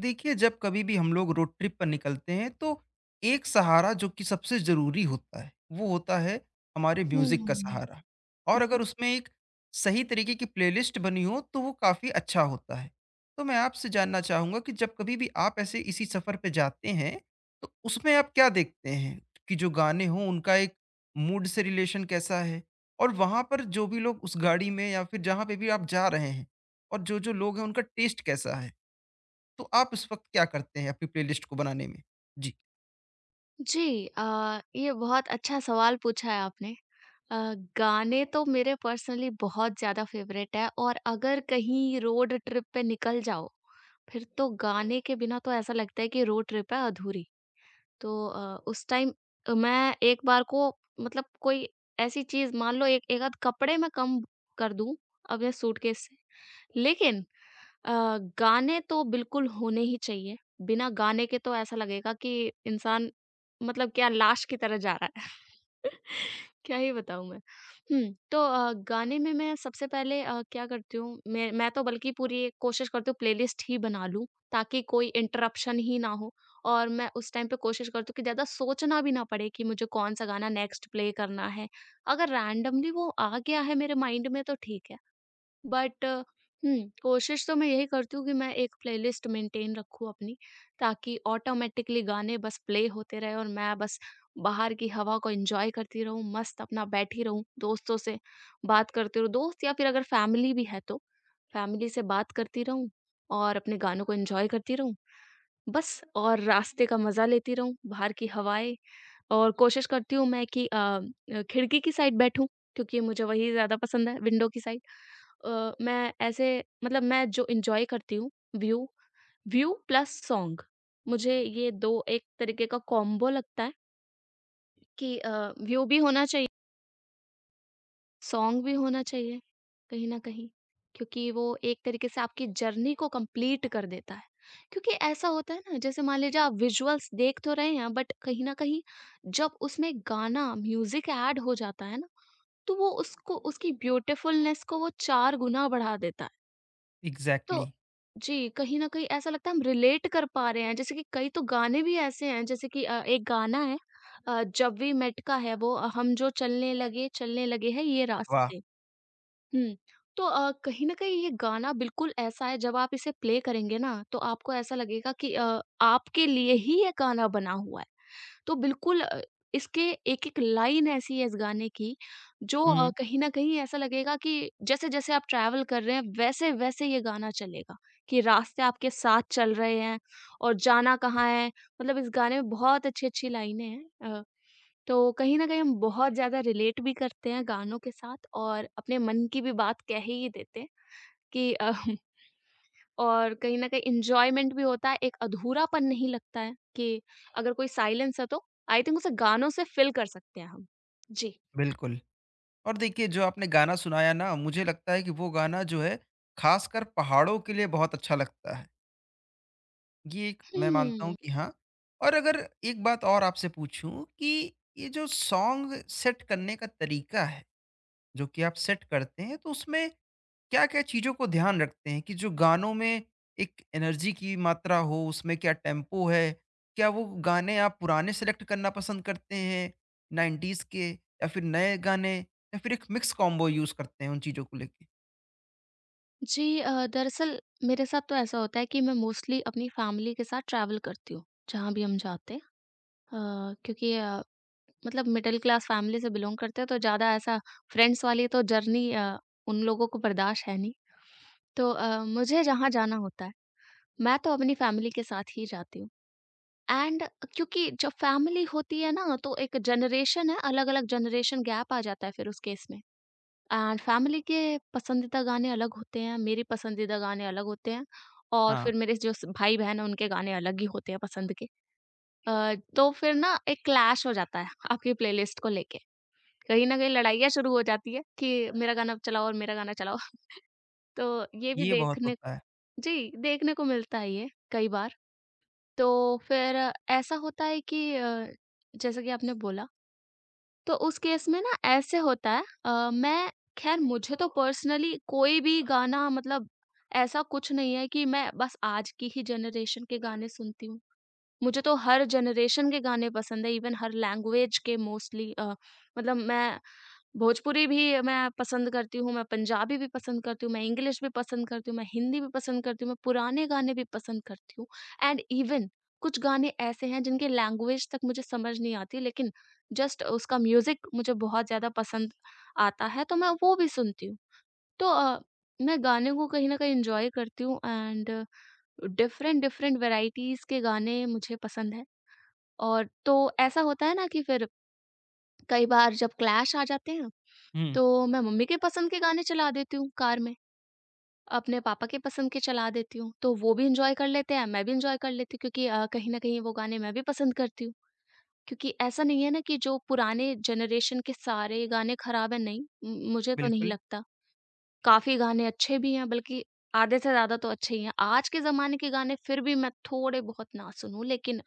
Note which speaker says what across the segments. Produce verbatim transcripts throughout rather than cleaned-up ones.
Speaker 1: देखिए जब कभी भी हम लोग रोड ट्रिप पर निकलते हैं तो एक सहारा जो कि सबसे ज़रूरी होता है वो होता है हमारे म्यूज़िक का
Speaker 2: हुँ।
Speaker 1: सहारा। और
Speaker 2: जी,
Speaker 1: अगर उसमें एक सही तरीके की प्लेलिस्ट बनी हो तो वो काफ़ी अच्छा होता है। तो मैं आपसे जानना चाहूँगा कि जब कभी भी आप ऐसे इसी सफ़र पे जाते हैं तो उसमें आप क्या देखते हैं कि जो गाने हों उनका एक मूड से रिलेशन कैसा है? और वहाँ पर जो भी लोग उस गाड़ी में या फिर जहाँ पे भी आप जा रहे हैं और जो-जो लोग हैं उनका टेस्ट कैसा है? तो आप उस वक़्त क्या करते हैं अपनी प्लेलिस्ट को बनाने में? जी।
Speaker 2: जी, अ, ये बहुत अच्छा सवाल पूछा है आपने। अ, गाने तो मेरे पर्सनली बहुत ज़्यादा फ़ेवरेट है, और अगर कहीं रोड ट्रिप पे निकल जाओ, फिर तो गाने के बिना तो ऐसा लगता है कि रोड ट्रिप है अधूरी। तो अ, उस टाइम मैं एक बार को, मतलब, कोई ऐसी चीज़ मान लो, एक एक आध कपड़े मैं कम कर दूँ अपने सूटकेस से। लेकिन अ, गाने तो बिल्कुल होने ही चाहिए। बिना गाने के तो ऐसा लगेगा कि इंसान, मतलब, क्या लाश की तरह जा रहा है। क्या ही बताऊँ मैं। हुँ, तो अ, गाने में मैं सबसे पहले अ, क्या करती हूँ, मैं मैं तो बल्कि पूरी कोशिश करती हूँ प्लेलिस्ट ही बना लूँ, ताकि कोई इंटरप्शन ही ना हो। और मैं उस टाइम पे कोशिश करती हूँ कि ज़्यादा सोचना भी ना पड़े कि मुझे कौन-सा गाना नेक्स्ट प्ले करना है। अगर रैंडमली वो आ गया है मेरे माइंड में तो ठीक है। बट हुँ, कोशिश तो मैं यही करती हूँ कि मैं एक प्लेलिस्ट मेंटेन रखूँ अपनी, ताकि ऑटोमैटिकली गाने बस प्ले होते रहें और मैं बस बाहर की हवा को एन्जॉय करती रहूँ, मस्त अपना बैठी रहूँ, दोस्तों से बात करती रहूँ। दोस्त या फिर अगर फैमिली भी है तो, फैमिली से बात करती रहूँ और अपने गानों को एन्जॉय करती रहूँ, बस और रास्ते का मज़ा लेती रहूँ, बाहर की हवाएँ। और कोशिश करती हूँ मैं कि अ अ, खिड़की की साइड बैठूँ, क्योंकि मुझे वही ज़्यादा पसंद है, विंडो की साइड। अ, मैं ऐसे, मतलब, मैं जो एन्जॉय करती हूँ, व्यू, व्यू प्लस सॉन्ग, मुझे ये दो एक तरीके का कॉम्बो लगता है कि अ, व्यू भी होना चाहिए, सॉन्ग भी होना चाहिए, कहीं न कहीं। क्योंकि वो एक तरीके से आपकी जर्नी को कंप्लीट कर देता है। क्योंकि ऐसा होता है ना, जैसे मान लीजिए आप विजुअल्स देख तो रहे हैं, बट कहीं न कहीं जब उसमें गाना, म्यूज़िक ऐड हो जाता है ना, तो वो उसको, उसकी ब्यूटीफुलनेस को वो चार गुना बढ़ा देता है। तो,
Speaker 1: एग्ज़ैक्टली।
Speaker 2: जी, कहीं न कहीं ऐसा लगता है हम रिलेट कर पा रहे हैं। जैसे कि कई तो गाने भी ऐसे हैं, जैसे कि अ, एक गाना है, अ, जब वी मेट का है वो, अ, हम जो चलने लगे, चलने लगे हैं ये
Speaker 1: वाह!
Speaker 2: रास्ते। हुँ। तो अ, कहीं न कहीं ये गाना बिल्कुल ऐसा है, जब आप इसे प्ले करेंगे ना, तो आपको ऐसा लगेगा कि अ, आपके लिए ही ये गाना बना हुआ है। तो बिल्कुल, अ, इसके एक-एक लाइन ऐसी है इस गाने की, जो अ,
Speaker 1: हुँ।
Speaker 2: कहीं न कहीं ऐसा लगेगा कि जैसे-जैसे आप ट्रैवल कर रहे हैं वैसे-वैसे ये गाना चलेगा, कि रास्ते आपके साथ चल रहे हैं और जाना कहाँ है, मतलब इस गाने में बहुत अच्छी-अच्छी लाइनें हैं। अ तो कहीं न कहीं हम बहुत ज़्यादा रिलेट भी करते हैं गानों के साथ, और अपने मन की भी बात कह ही देते हैं, कि अ, और कहीं न कहीं एन्जॉयमेंट भी होता है, एक अधूरापन नहीं लगता है कि अगर कोई साइलेंस है, तो आई थिंक उसे गानों से फ़िल कर सकते हैं हम। जी।
Speaker 1: बिल्कुल। और देखिए जो आपने गाना सुनाया ना मुझे लगता है कि वो गाना जो है ख़ासकर पहाड़ों के लिए बहुत अच्छा लगता है। ये एक मैं मानता
Speaker 2: हुँ।
Speaker 1: हूँ कि हाँ। और अगर एक बात और आपसे पूछूँ कि ये जो सॉन्ग सेट करने का तरीका है, जो कि आप सेट करते हैं, तो उसमें क्या क्या चीज़ों को ध्यान रखते हैं कि जो गानों में एक एनर्जी की मात्रा हो, उसमें क्या टेम्पो है? क्या वो गाने आप पुराने सेलेक्ट करना पसंद करते हैं, नाइंटीज़ के, या फिर नए गाने, या फिर एक मिक्स कॉम्बो यूज़ करते हैं उन चीज़ों को लेके?
Speaker 2: जी, अ, दरअसल मेरे साथ तो ऐसा होता है कि मैं मोस्टली अपनी फैमिली के साथ ट्रैवल करती हूँ, जहाँ भी हम जाते हैं। अ, क्योंकि, अ, मतलब, मिडिल क्लास फैमिली से बिलोंग करते हैं, तो ज़्यादा ऐसा फ्रेंड्स वाली तो जर्नी अ, उन लोगों को बर्दाश्त है नहीं। तो अ, मुझे जहाँ जाना होता है, मैं तो अपनी फैमिली के साथ ही जाती हूँ, एंड क्योंकि जब फैमिली होती है ना, तो एक जनरेशन है, अलग-अलग जनरेशन गैप आ जाता है फिर उस केस में। एंड फैमिली के पसंदीदा गाने अलग होते हैं, मेरी पसंदीदा गाने अलग होते हैं, और फिर
Speaker 1: हाँ,
Speaker 2: मेरे जो स भाई-बहन हैं उनके गाने अलग ही होते हैं पसंद के। अ, तो फिर ना एक क्लैश हो जाता है आपकी प्लेलिस्ट को लेके। कहीं न कहीं लड़ाइयाँ शुरू हो जाती है कि मेरा गाना चलाओ, और मेरा गाना चलाओ। तो ये भी
Speaker 1: ये बहुत
Speaker 2: देखने क
Speaker 1: होता है।
Speaker 2: जी, देखने को मिलता है ये कई बार। तो फिर ऐसा होता है कि अ, जैसे कि आपने बोला, तो उस केस में ना ऐसे होता है, अ, मैं, खैर, मुझे तो पर्सनली कोई भी गाना, मतलब, ऐसा कुछ नहीं है कि मैं बस आज की ही जनरेशन के गाने सुनती हूँ। मुझे तो हर जनरेशन के गाने पसंद है, इवन हर लैंग्वेज के मोस्टली, अ, मतलब, मैं भोजपुरी भी मैं पसंद करती हूँ, मैं पंजाबी भी पसंद करती हूँ, मैं इंग्लिश भी पसंद करती हूँ, मैं हिंदी भी पसंद करती हूँ, मैं पुराने गाने भी पसंद करती हूँ, एंड इवन कुछ गाने ऐसे हैं जिनकी लैंग्वेज तक मुझे समझ नहीं आती, लेकिन जस्ट उसका म्यूज़िक मुझे बहुत ज़्यादा पसंद आता है, तो मैं वो भी सुनती हूँ। तो अ, मैं गाने को कहीं न कहीं एन्जॉय करती हूँ, एंड डिफरेंट, डिफरेंट वैराइटीज़ के गाने मुझे पसंद हैं। और तो ऐसा होता है ना कि फिर कई बार जब क्लैश आ जाते हैं,
Speaker 1: हुँ,
Speaker 2: तो मैं मम्मी के पसंद के गाने चला देती हूँ कार में, अपने पापा के पसंद के चला देती हूँ, तो वो भी एन्जॉय कर लेते हैं, मैं भी एन्जॉय कर लेती हूँ, क्योंकि अ, कहीं न कहीं वो गाने मैं भी पसंद करती हूँ। क्योंकि ऐसा नहीं है ना कि जो पुराने जनरेशन के सारे गाने खराब हैं, नहीं, म मुझे तो नहीं
Speaker 1: बिल्कुल।
Speaker 2: लगता। काफ़ी गाने अच्छे भी हैं, बल्कि आधे से ज़्यादा तो अच्छे ही हैं। आज के ज़माने के गाने फिर भी मैं थोड़े बहुत ना सुनूँ, लेकिन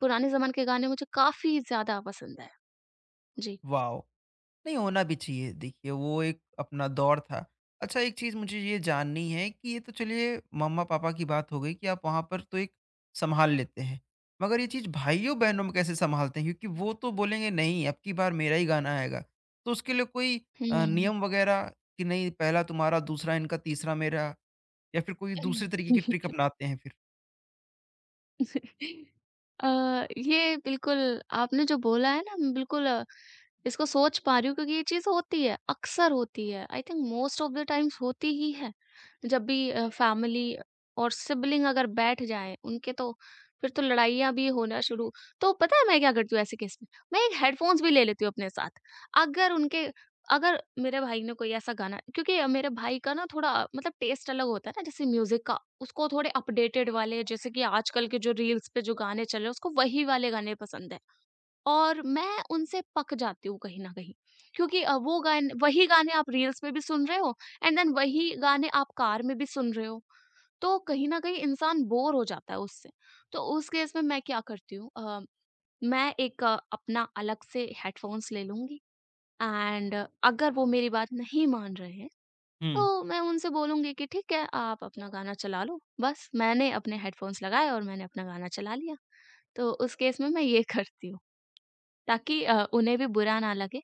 Speaker 2: पुराने ज़माने के गाने मुझे काफ़ी ज़्यादा पसंद है। जी।
Speaker 1: वॉव! नहीं, होना भी चाहिए। देखिए वो एक अपना दौर था। अच्छा एक चीज़ मुझे ये जाननी है कि ये तो चलिए मम्मा-पापा की बात हो गई कि आप वहाँ पर तो एक सँभाल लेते हैं। मगर ये चीज़ भाइयों-बहनों में कैसे सँभालते हैं? क्योंकि वो तो बोलेंगे नहीं, अब की बार मेरा ही गाना आएगा। तो उसके लिए कोई अ,
Speaker 2: हुँ।
Speaker 1: नियम वग़ैरह, कि नहीं पहला तुम्हारा, दूसरा इनका, तीसरा मेरा, या फिर कोई दूसरे तरीके की ट्रिक अपनाते हैं फिर?
Speaker 2: अ, ये बिल्कुल, आपने जो बोला है ना, मैं बिल्कुल अ, इसको सोच पा रही हूँ, क्योंकि ये चीज़ होती है, अक्सर होती है। I think most of the times होती ही है। जब भी अ, फैमिली और सिबलिंग अगर बैठ जाएँ उनके, तो फिर तो लड़ाइयाँ भी होना शुरू। तो पता है मैं क्या करती हूँ ऐसे केस में? मैं एक हेडफ़ोन्स भी ले लेती हूँ अपने साथ। अगर उनके अगर मेरे भाई ने कोई ऐसा गाना, क्योंकि मेरे भाई का ना थोड़ा, मतलब, टेस्ट अलग होता है ना, जैसे म्यूजिक का, उसको थोड़े अपडेटेड वाले, जैसे कि आजकल के जो रील्स पे जो गाने चल रहे हैं, उसको वही वाले गाने पसंद है। और मैं उनसे पक जाती हूँ कहीं ना कहीं, क्योंकि अ, वो गाने, वही गाने आप रील्स में भी सुन रहे हो, एंड देन वही गाने आप कार में भी सुन रहे हो, तो कहीं ना कहीं इंसान बोर हो जाता है उससे। तो उस केस में मैं क्या करती हूँ, अ, मैं एक अ, अपना अलग से हेडफोन्स ले लूंगी। एंड अगर वो मेरी बात नहीं मान रहे हैं, तो
Speaker 1: हुँ।
Speaker 2: मैं उनसे बोलूंगी कि ठीक है, आप अपना गाना चला लो, बस मैंने अपने हेडफोन्स लगाए और मैंने अपना गाना चला लिया। तो उस केस में मैं ये करती हूँ, ताकि अ, उन्हें भी बुरा ना लगे,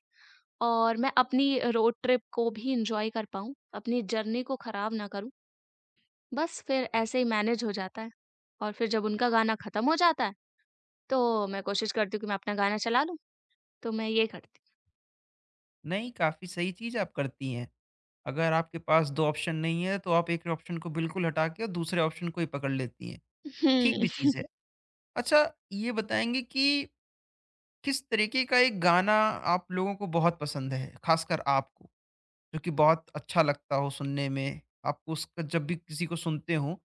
Speaker 2: और मैं अपनी रोड ट्रिप को भी इंजॉय कर पाऊँ, अपनी जर्नी को खराब ना करूँ। बस फिर ऐसे ही मैनेज हो जाता है। और फिर जब उनका गाना खत्म हो जाता है, तो मैं कोशिश करती हूँ कि मैं अपना गाना चला लूँ। तो मैं ये करती
Speaker 1: नहीं, काफ़ी सही चीज़ आप करती हैं। अगर आपके पास दो ऑप्शन नहीं है तो आप एक ऑप्शन को बिल्कुल हटा के और दूसरे ऑप्शन को ही पकड़ लेती हैं। ठीक
Speaker 2: हूँ।
Speaker 1: भी चीज़ है। अच्छा ये बताएँगे कि किस तरीके का एक गाना आप लोगों को बहुत पसंद है, ख़ासकर आपको? जो कि बहुत अच्छा लगता हो सुनने में, आपको उसका जब भी किसी को सुनते हो,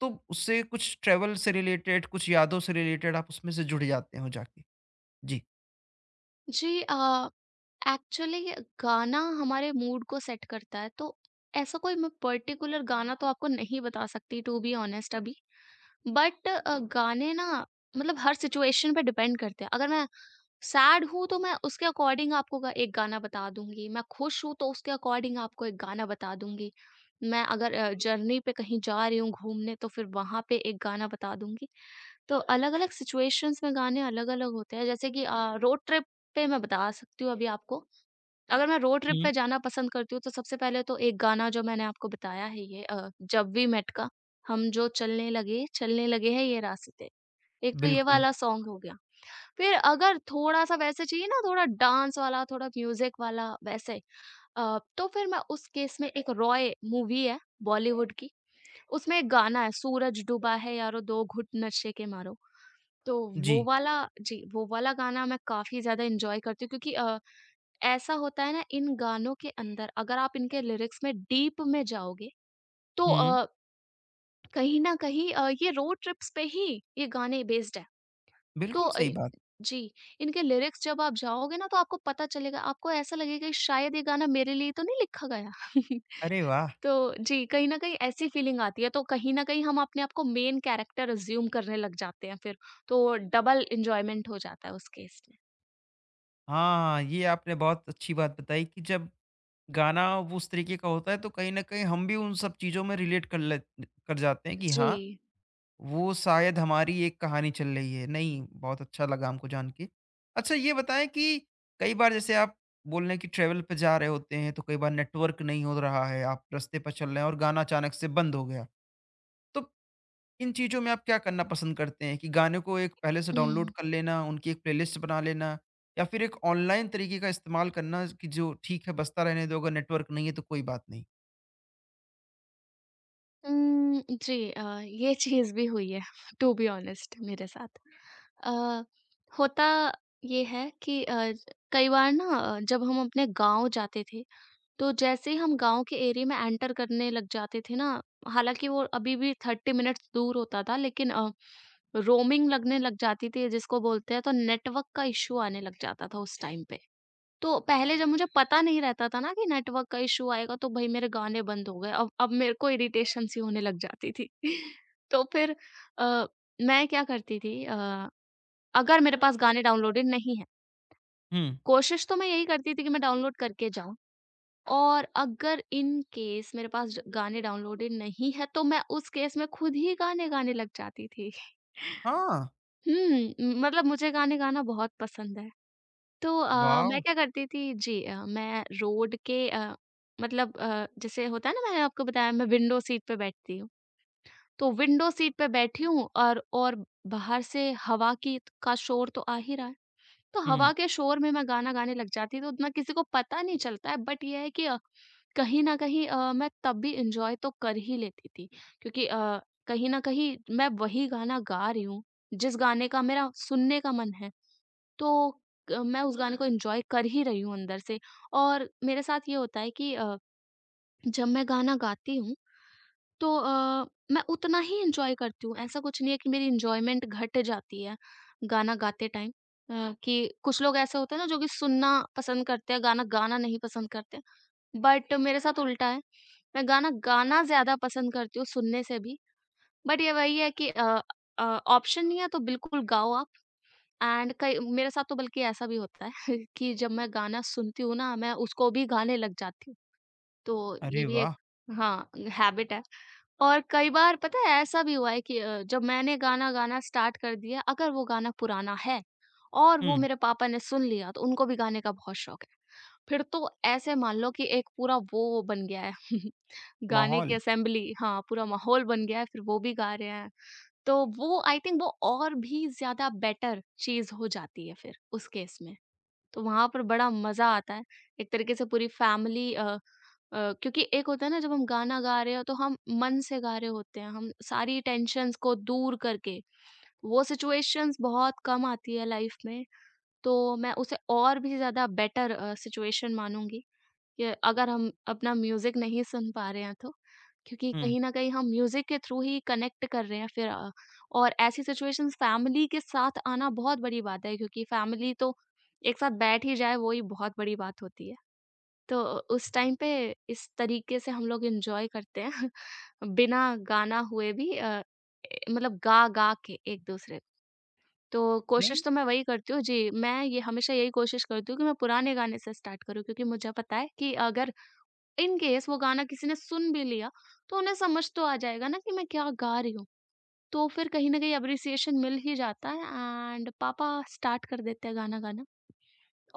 Speaker 1: तो उससे कुछ ट्रैवल से रिलेटेड, कुछ यादों से रिलेटेड आप उसमें से जुड़ जाते हो जाके? जी।
Speaker 2: जी, अ, एक्चुअली, गाना हमारे मूड को सेट करता है, तो ऐसा कोई, मैं पर्टिकुलर गाना तो आपको नहीं बता सकती टू बी ऑनेस्ट अभी। बट गाने ना, मतलब, हर सिचुएशन पे डिपेंड करते हैं। अगर मैं सैड हूं, तो मैं उसके अकॉर्डिंग आपको गा- एक गाना बता दूंगी। मैं खुश हूं, तो उसके अकॉर्डिंग आपको एक गाना बता दूंगी। मैं अगर जर्नी पे कहीं जा रही हूँ घूमने, तो फिर वहां पे एक गाना बता दूंगी। तो अलग-अलग सिचुएशंस में गाने अलग-अलग होते हैं, जैसे कि अ, रोड ट्रिप पे मैं बता सकती हूँ अभी आपको। अगर मैं रोड ट्रिप
Speaker 1: हुँ।
Speaker 2: पे जाना पसंद करती हूँ, तो सबसे पहले तो एक गाना जो मैंने आपको बताया है ये, अ, जब वी मेट का, हम जो चलने लगे, चलने लगे हैं ये रास्ते। एक तो ये
Speaker 1: बिल्कुल।
Speaker 2: वाला सॉन्ग हो गया। फिर अगर थोड़ा-सा वैसे चाहिए ना, थोड़ा डांस वाला, थोड़ा म्यूज़िक वाला वैसे, अ, तो फिर मैं उस केस में, एक रॉय मूवी है बॉलीवुड की। उसमें एक गाना है, सूरज डूबा है यारो दो घुट नशे के मारो। तो वो
Speaker 1: जी।
Speaker 2: वाला जी, वो वाला गाना मैं काफ़ी ज़्यादा एन्जॉय करती हूँ, क्योंकि अ, ऐसा होता है ना, इन गानों के अंदर अगर आप इनके लिरिक्स में डीप में जाओगे, तो
Speaker 1: हुँ।
Speaker 2: अ, कहीं न कहीं अ, ये रोड ट्रिप्स पे ही ये गाने बेस्ड है। तो
Speaker 1: बिल्कुल
Speaker 2: अ,
Speaker 1: सही बात।
Speaker 2: जी, इनके लिरिक्स जब आप जाओगे ना, तो आपको पता चलेगा, आपको ऐसा लगेगा कि शायद ये गाना मेरे लिए तो नहीं लिखा गया।
Speaker 1: अरे वाह!
Speaker 2: तो, जी, कहीं न कहीं ऐसी फीलिंग आती है, तो कहीं न कहीं हम अपने आप को मेन कैरेक्टर अज़्यूम करने लग जाते हैं फिर, तो डबल एन्जॉयमेंट हो जाता है उस केस में।
Speaker 1: हाँ, ये आपने बहुत अच्छी बात बताई कि जब गाना वो उस तरीके का होता है तो कहीं न कहीं हम भी उन सब चीज़ों में रिलेट कर ले कर जाते हैं कि
Speaker 2: जी।
Speaker 1: हाँ, वो शायद हमारी एक कहानी चल रही है। नहीं, बहुत अच्छा लगा हमको जान के। अच्छा ये बताएँ कि कई बार जैसे आप बोल रहे हैं कि ट्रैवल पे जा रहे होते हैं, तो कई बार नेटवर्क नहीं हो रहा है, आप रास्ते पर चल रहे हैं और गाना अचानक से बंद हो गया। तो इन चीज़ों में आप क्या करना पसंद करते हैं, कि गाने को एक पहले से
Speaker 2: हुँ।
Speaker 1: डाउनलोड कर लेना, उनकी एक प्लेलिस्ट बना लेना, या फिर एक ऑनलाइन तरीके का इस्तेमाल करना कि जो ठीक है बजता रहने दो, अगर नेटवर्क नहीं है तो कोई बात नहीं?
Speaker 2: उम, जी, अ, ये चीज़ भी हुई है टू बी ऑनेस्ट मेरे साथ। अ, होता ये है कि अ, कई बार ना अ, जब हम अपने गाँव जाते थे, तो जैसे ही हम गाँव के एरिया में एंटर करने लग जाते थे ना, हालाँकि वो अभी भी थर्टी मिनट्स दूर होता था लेकिन अ, रोमिंग लगने लग जाती थी जिसको बोलते हैं, तो नेटवर्क का इश्यू आने लग जाता था उस टाइम पे। तो पहले जब मुझे पता नहीं रहता था ना कि नेटवर्क का इश्यू आएगा तो भई मेरे गाने बंद हो गए। अब अब मेरे को इरिटेशन सी होने लग जाती थी। तो फिर अ, मैं क्या करती थी अ, अगर मेरे पास गाने डाउनलोडेड नहीं हैं,
Speaker 1: हुँ।
Speaker 2: कोशिश तो मैं यही करती थी कि मैं डाउनलोड करके जाऊँ और अगर इन केस मेरे पास ज गाने डाउनलोडेड नहीं है तो मैं उस केस में खुद ही गाने गाने लग जाती थी।
Speaker 1: हाँ,
Speaker 2: हुँ, मतलब मुझे गाने गाना बहुत पसंद है। तो अ, मैं
Speaker 1: वाओ!
Speaker 2: क्या करती थी जी अ, मैं रोड के अ, मतलब अ, जैसे होता है ना मैंने आपको बताया मैं विंडो सीट पे बैठती हूँ। तो विंडो सीट पे बैठी हूँ और और बाहर से हवा की का शोर तो आ ही रहा है। तो हवा
Speaker 1: हुँ।
Speaker 2: के शोर में मैं गाना गाने लग जाती तो उतना किसी को पता नहीं चलता है बट ये है कि अ, कहीं न कहीं अ, मैं तब भी एन्जॉय तो कर ही लेती थी। क्योंकि अ, कहीं न कहीं मैं वही गाना गा रही हूँ, जिस गाने का मेरा सुनने का मन है। तो क मैं उस गाने को एन्जॉय कर ही रही हूँ अंदर से और मेरे साथ ये होता है कि अ, जब मैं गाना गाती हूँ तो अ, मैं उतना ही एन्जॉय करती हूँ। ऐसा कुछ नहीं है कि मेरी एन्जॉयमेंट घट जाती है गाना गाते टाइम अ, कि कुछ लोग ऐसे होते हैं ना जो कि सुनना पसंद करते हैं, गाना गाना नहीं पसंद करते। बट मेरे साथ उल्टा है, मैं गाना गाना ज़्यादा पसंद करती हूँ सुनने से भी। बट ये वही है कि अ अ, ऑप्शन नहीं है तो बिल्कुल गाओ आप। एंड कई मेरे साथ तो बल्कि ऐसा भी होता है कि जब मैं गाना सुनती हूँ ना, मैं उसको भी गाने लग जाती हूँ। तो ये
Speaker 1: अरे
Speaker 2: भी एक
Speaker 1: वाह!
Speaker 2: हाँ, हैबिट है और कई बार पता है ऐसा भी हुआ है कि अ, जब मैंने गाना गाना स्टार्ट कर दिया, अगर वो गाना पुराना है और वो
Speaker 1: हुँ,
Speaker 2: मेरे पापा ने सुन लिया, तो उनको भी गाने का बहुत शौक है। फिर तो ऐसे मान लो कि एक पूरा वो बन गया है गाने की
Speaker 1: माहौल।
Speaker 2: असेंबली हाँ, पूरा माहौल बन गया है, फिर वो भी गा रहे हैं। तो वो आई थिंक वो और भी ज़्यादा बेटर चीज़ हो जाती है फिर उस केस में। तो वहाँ पर बड़ा मज़ा आता है। एक तरीके से पूरी फैमिली अ अ, क्योंकि एक होता है ना जब हम गाना गा रहे हो तो हम मन से गा रहे होते हैं, हम सारी टेंशन्स को दूर करके। वो सिचुएशंस बहुत कम आती है लाइफ़ में, तो मैं उसे और भी ज़्यादा बेटर अ, सिचुएशन मानूँगी। कि अगर हम अपना म्यूज़िक नहीं सुन पा रहे हैं तो। क्योंकि
Speaker 1: हुँ,
Speaker 2: कहीं न कहीं हम म्यूज़िक के थ्रू ही कनेक्ट कर रहे हैं फिर अ, और ऐसी सिचुएशंस फैमिली के साथ आना बहुत बड़ी बात है क्योंकि फैमिली तो एक साथ बैठ ही जाए वो ही बहुत बड़ी बात होती है। तो उस टाइम पे इस तरीके से हम लोग एन्जॉय करते हैं बिना गाना हुए भी अ, ए मतलब गा-गा के एक-दूसरे को। तो
Speaker 1: नहीं
Speaker 2: कोशिश तो मैं वही करती हूँ जी, मैं ये हमेशा यही कोशिश करती हूँ कि मैं पुराने गाने से स्टार्ट करूँ क्योंकि मुझे पता है कि अगर इन केस वो गाना किसी ने सुन भी लिया, तो उन्हें समझ तो आ जाएगा ना कि मैं क्या गा रही हूँ। तो फिर कहीं न कहीं एप्रिसिएशन मिल ही जाता है एंड पापा स्टार्ट कर देते हैं गाना गाना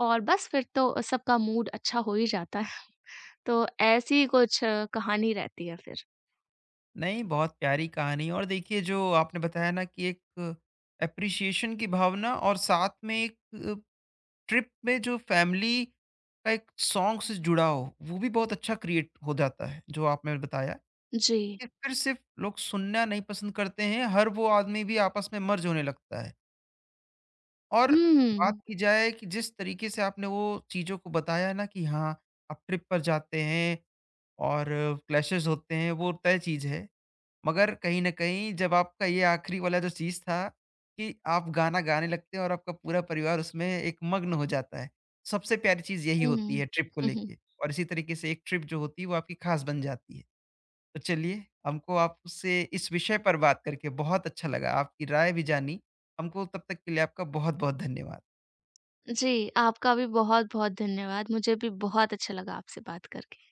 Speaker 2: और बस फिर तो सबका मूड अच्छा हो ही जाता है। तो ऐसी कुछ अ, कहानी रहती है फिर।
Speaker 1: नहीं, बहुत प्यारी कहानी। और देखिए जो आपने बताया ना कि एक एप्रिसिएशन की भावना और साथ में एक ट्रिप में जो फैमिली का एक सॉन्ग से जुड़ा हो, वो भी बहुत अच्छा क्रिएट हो जाता है, जो आपने बताया।
Speaker 2: जी।
Speaker 1: कि फिर सिर्फ़ लोग सुनना नहीं पसंद करते हैं, हर वो आदमी भी आपस में मर्ज होने लगता है। और बात
Speaker 2: हुँ।
Speaker 1: की जाए कि जिस तरीके से आपने वो चीज़ों को बताया ना कि हाँ, आप ट्रिप पर जाते हैं और क्लैशेज़ होते हैं, वो तय चीज़ है। मगर कहीं न कहीं जब आपका ये आखिरी वाला जो चीज़ था, कि आप गाना गाने लगते हैं और आपका पूरा परिवार उसमें एक मग्न हो जाता है। सबसे प्यारी चीज़ यही
Speaker 2: हुँ।
Speaker 1: होती है ट्रिप को
Speaker 2: हुँ, हुँ।
Speaker 1: लेके, और इसी तरीके से एक ट्रिप जो होती है वो आपकी ख़ास बन जाती है। तो चलिए हमको आपसे इस विषय पर बात करके बहुत अच्छा लगा। आपकी राय भी जानी। हमको तब तक के लिए आपका बहुत-बहुत धन्यवाद।
Speaker 2: जी, आपका भी बहुत-बहुत धन्यवाद। मुझे भी बहुत अच्छा लगा आपसे बात करके।